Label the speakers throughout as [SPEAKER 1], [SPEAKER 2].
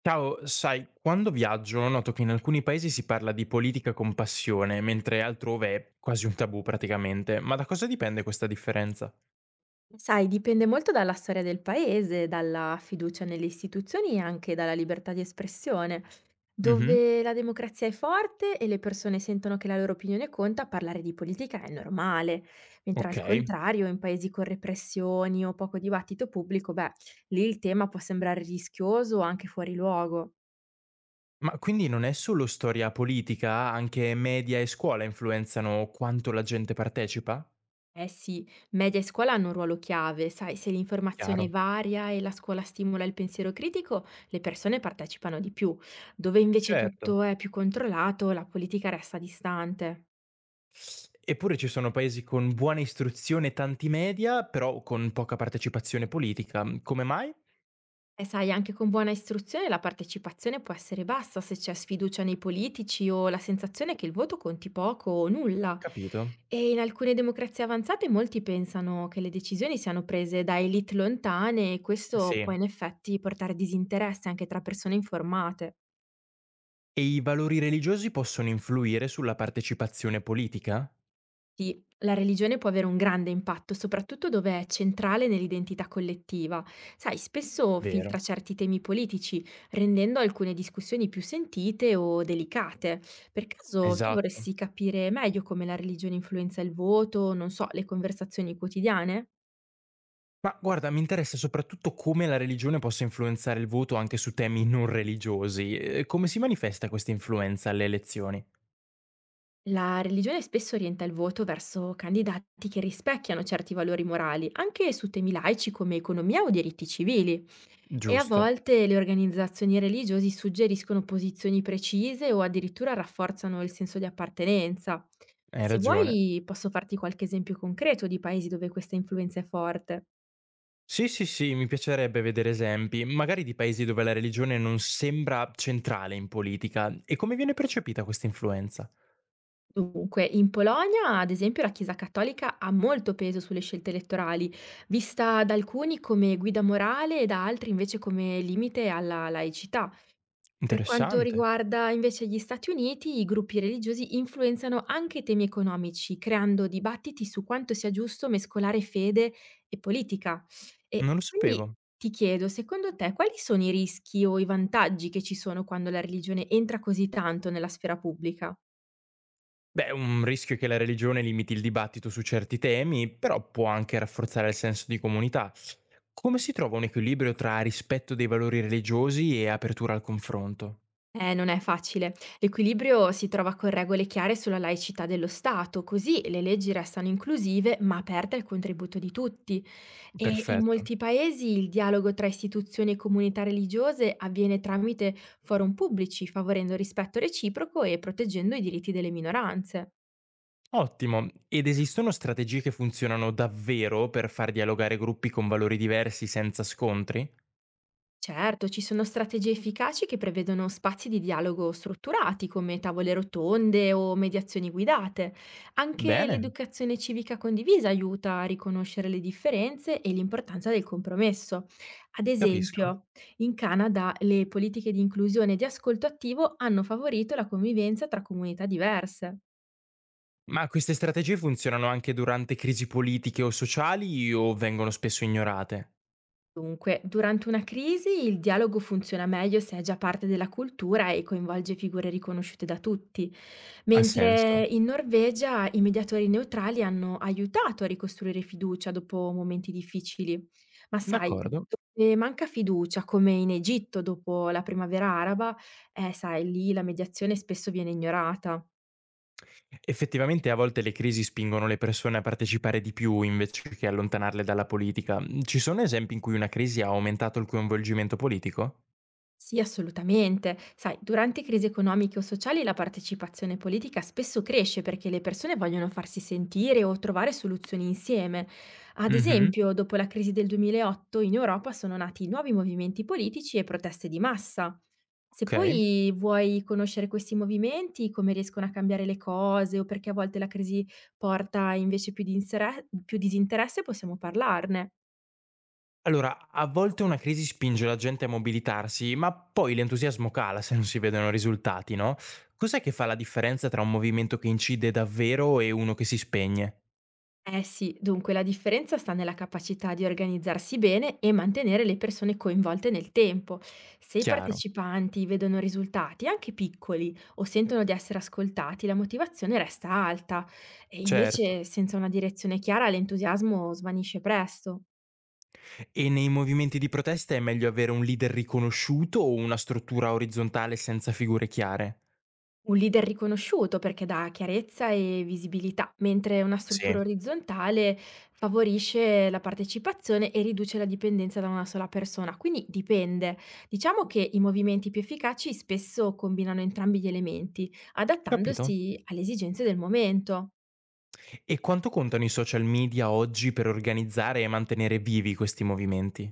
[SPEAKER 1] Ciao, sai, quando viaggio noto che in alcuni paesi si parla di politica con passione, mentre altrove è quasi un tabù praticamente. Ma da cosa dipende questa differenza?
[SPEAKER 2] Sai, dipende molto dalla storia del paese, dalla fiducia nelle istituzioni e anche dalla libertà di espressione.
[SPEAKER 1] Mhm.
[SPEAKER 2] Dove la democrazia è forte e le persone sentono che la loro opinione conta, parlare di politica è normale, mentre
[SPEAKER 1] Ok.
[SPEAKER 2] al contrario, in paesi con repressioni o poco dibattito pubblico, beh, lì il tema può sembrare rischioso o anche fuori luogo.
[SPEAKER 1] Ma quindi non è solo storia politica, anche media e scuola influenzano quanto la gente partecipa?
[SPEAKER 2] Eh sì, media e scuola hanno un ruolo chiave, sai, se l'informazione
[SPEAKER 1] Chiaro.
[SPEAKER 2] varia e la scuola stimola il pensiero critico, le persone partecipano di più. Dove invece
[SPEAKER 1] Certo.
[SPEAKER 2] tutto è più controllato, la politica resta distante.
[SPEAKER 1] Eppure ci sono paesi con buona istruzione e tanti media, però con poca partecipazione politica. Come mai?
[SPEAKER 2] E sai, anche con buona istruzione la partecipazione può essere bassa se c'è sfiducia nei politici o la sensazione che il voto conti poco o nulla.
[SPEAKER 1] Capito.
[SPEAKER 2] E in alcune democrazie avanzate molti pensano che le decisioni siano prese da elite lontane e questo può
[SPEAKER 1] Sì.
[SPEAKER 2] in effetti portare disinteresse anche tra persone informate.
[SPEAKER 1] E i valori religiosi possono influire sulla partecipazione politica?
[SPEAKER 2] Sì, la religione può avere un grande impatto, soprattutto dove è centrale nell'identità collettiva. Sai, spesso filtra
[SPEAKER 1] Vero.
[SPEAKER 2] certi temi politici, rendendo alcune discussioni più sentite o delicate. Per caso tu
[SPEAKER 1] Esatto.
[SPEAKER 2] vorresti capire meglio come la religione influenza il voto, non so, le conversazioni quotidiane?
[SPEAKER 1] Ma guarda, mi interessa soprattutto come la religione possa influenzare il voto anche su temi non religiosi. Come si manifesta questa influenza alle elezioni?
[SPEAKER 2] La religione spesso orienta il voto verso candidati che rispecchiano certi valori morali, anche su temi laici come economia o diritti civili. E a
[SPEAKER 1] Giusto,
[SPEAKER 2] volte le organizzazioni religiosi suggeriscono posizioni precise o addirittura rafforzano il senso di appartenenza.
[SPEAKER 1] hai
[SPEAKER 2] Se
[SPEAKER 1] ragione.
[SPEAKER 2] vuoi posso farti qualche esempio concreto di paesi dove questa influenza è forte.
[SPEAKER 1] Sì, sì, sì, mi piacerebbe vedere esempi, magari di paesi dove la religione non sembra centrale in politica. E come viene percepita questa influenza?
[SPEAKER 2] Dunque, in Polonia, ad esempio, la Chiesa cattolica ha molto peso sulle scelte elettorali, vista da alcuni come guida morale e da altri invece come limite alla laicità. Per quanto
[SPEAKER 1] Interessante,
[SPEAKER 2] riguarda invece gli Stati Uniti, i gruppi religiosi influenzano anche i temi economici, creando dibattiti su quanto sia giusto mescolare fede e politica. E
[SPEAKER 1] non lo
[SPEAKER 2] quindi
[SPEAKER 1] sapevo.
[SPEAKER 2] ti chiedo, secondo te, quali sono i rischi o i vantaggi che ci sono quando la religione entra così tanto nella sfera pubblica?
[SPEAKER 1] Beh, un rischio è che la religione limiti il dibattito su certi temi, però può anche rafforzare il senso di comunità. Come si trova un equilibrio tra rispetto dei valori religiosi e apertura al confronto?
[SPEAKER 2] Non è facile. L'equilibrio si trova con regole chiare sulla laicità dello Stato, così le leggi restano inclusive ma aperte al contributo di tutti. E in
[SPEAKER 1] Perfetto.
[SPEAKER 2] molti paesi il dialogo tra istituzioni e comunità religiose avviene tramite forum pubblici, favorendo il rispetto reciproco e proteggendo i diritti delle minoranze.
[SPEAKER 1] Ottimo. Ed esistono strategie che funzionano davvero per far dialogare gruppi con valori diversi senza scontri?
[SPEAKER 2] Certo, ci sono strategie efficaci che prevedono spazi di dialogo strutturati come tavole rotonde o mediazioni guidate. Anche
[SPEAKER 1] Bene,
[SPEAKER 2] l'educazione civica condivisa aiuta a riconoscere le differenze e l'importanza del compromesso. Ad
[SPEAKER 1] capisco.
[SPEAKER 2] esempio, in Canada le politiche di inclusione e di ascolto attivo hanno favorito la convivenza tra comunità diverse.
[SPEAKER 1] Ma queste strategie funzionano anche durante crisi politiche o sociali o vengono spesso ignorate?
[SPEAKER 2] Dunque, durante una crisi il dialogo funziona meglio se è già parte della cultura e coinvolge figure riconosciute da tutti,
[SPEAKER 1] Ha senso.
[SPEAKER 2] mentre in Norvegia i mediatori neutrali hanno aiutato a ricostruire fiducia dopo momenti difficili. Ma sai,
[SPEAKER 1] D'accordo.
[SPEAKER 2] dove manca fiducia, come in Egitto dopo la primavera araba, sai, lì la mediazione spesso viene ignorata.
[SPEAKER 1] Effettivamente a volte le crisi spingono le persone a partecipare di più invece che allontanarle dalla politica. Ci sono esempi in cui una crisi ha aumentato il coinvolgimento politico?
[SPEAKER 2] Sì, assolutamente. Sai, durante crisi economiche o sociali la partecipazione politica spesso cresce perché le persone vogliono farsi sentire o trovare soluzioni insieme. Ad
[SPEAKER 1] Mhm.
[SPEAKER 2] esempio, dopo la crisi del 2008 in Europa sono nati nuovi movimenti politici e proteste di massa. Se
[SPEAKER 1] Ok.
[SPEAKER 2] poi vuoi conoscere questi movimenti, come riescono a cambiare le cose o perché a volte la crisi porta invece più disinteresse, possiamo parlarne.
[SPEAKER 1] Allora, a volte una crisi spinge la gente a mobilitarsi, ma poi l'entusiasmo cala se non si vedono risultati, no? Cos'è che fa la differenza tra un movimento che incide davvero e uno che si spegne?
[SPEAKER 2] Eh sì, dunque la differenza sta nella capacità di organizzarsi bene e mantenere le persone coinvolte nel tempo. Se i
[SPEAKER 1] Chiaro,
[SPEAKER 2] partecipanti vedono risultati, anche piccoli, o sentono di essere ascoltati, la motivazione resta alta e
[SPEAKER 1] certo.
[SPEAKER 2] invece senza una direzione chiara l'entusiasmo svanisce presto.
[SPEAKER 1] E nei movimenti di protesta è meglio avere un leader riconosciuto o una struttura orizzontale senza figure chiare?
[SPEAKER 2] Un leader riconosciuto perché dà chiarezza e visibilità, mentre una struttura
[SPEAKER 1] Sì,
[SPEAKER 2] orizzontale favorisce la partecipazione e riduce la dipendenza da una sola persona, quindi dipende. Diciamo che i movimenti più efficaci spesso combinano entrambi gli elementi,
[SPEAKER 1] capito.
[SPEAKER 2] adattandosi alle esigenze del momento.
[SPEAKER 1] E quanto contano i social media oggi per organizzare e mantenere vivi questi movimenti?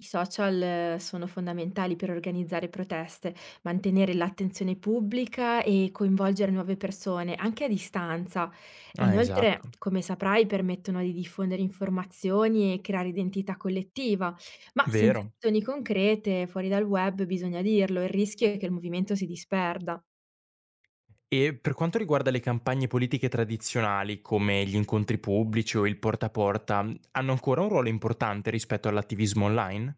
[SPEAKER 2] I social sono fondamentali per organizzare proteste, mantenere l'attenzione pubblica e coinvolgere nuove persone, anche a distanza. E
[SPEAKER 1] Ah,
[SPEAKER 2] inoltre,
[SPEAKER 1] esatto,
[SPEAKER 2] come saprai, permettono di diffondere informazioni e creare identità collettiva, ma senza
[SPEAKER 1] vero.
[SPEAKER 2] azioni concrete fuori dal web bisogna dirlo, il rischio è che il movimento si disperda.
[SPEAKER 1] E per quanto riguarda le campagne politiche tradizionali, come gli incontri pubblici o il porta a porta, hanno ancora un ruolo importante rispetto all'attivismo online?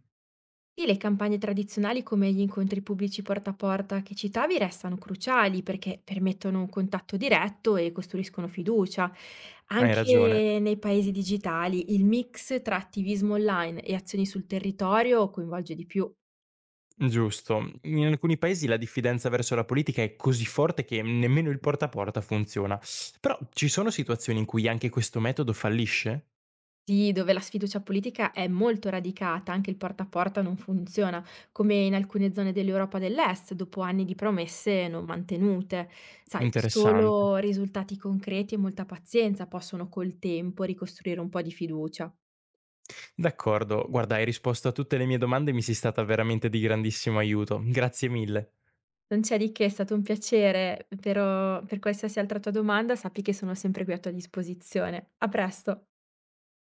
[SPEAKER 2] Sì, le campagne tradizionali come gli incontri pubblici porta a porta che citavi restano cruciali perché permettono un contatto diretto e costruiscono fiducia.
[SPEAKER 1] Hai ragione.
[SPEAKER 2] Anche nei paesi digitali il mix tra attivismo online e azioni sul territorio coinvolge di più.
[SPEAKER 1] Giusto. In alcuni paesi la diffidenza verso la politica è così forte che nemmeno il porta a porta funziona. Però ci sono situazioni in cui anche questo metodo fallisce?
[SPEAKER 2] Sì, dove la sfiducia politica è molto radicata, anche il porta a porta non funziona, come in alcune zone dell'Europa dell'Est, dopo anni di promesse non mantenute. Sai,
[SPEAKER 1] Interessante.
[SPEAKER 2] solo risultati concreti e molta pazienza possono col tempo ricostruire un po' di fiducia.
[SPEAKER 1] D'accordo, guarda, hai risposto a tutte le mie domande e mi sei stata veramente di grandissimo aiuto. Grazie mille.
[SPEAKER 2] Non c'è di che, è stato un piacere, però per qualsiasi altra tua domanda sappi che sono sempre qui a tua disposizione. A presto!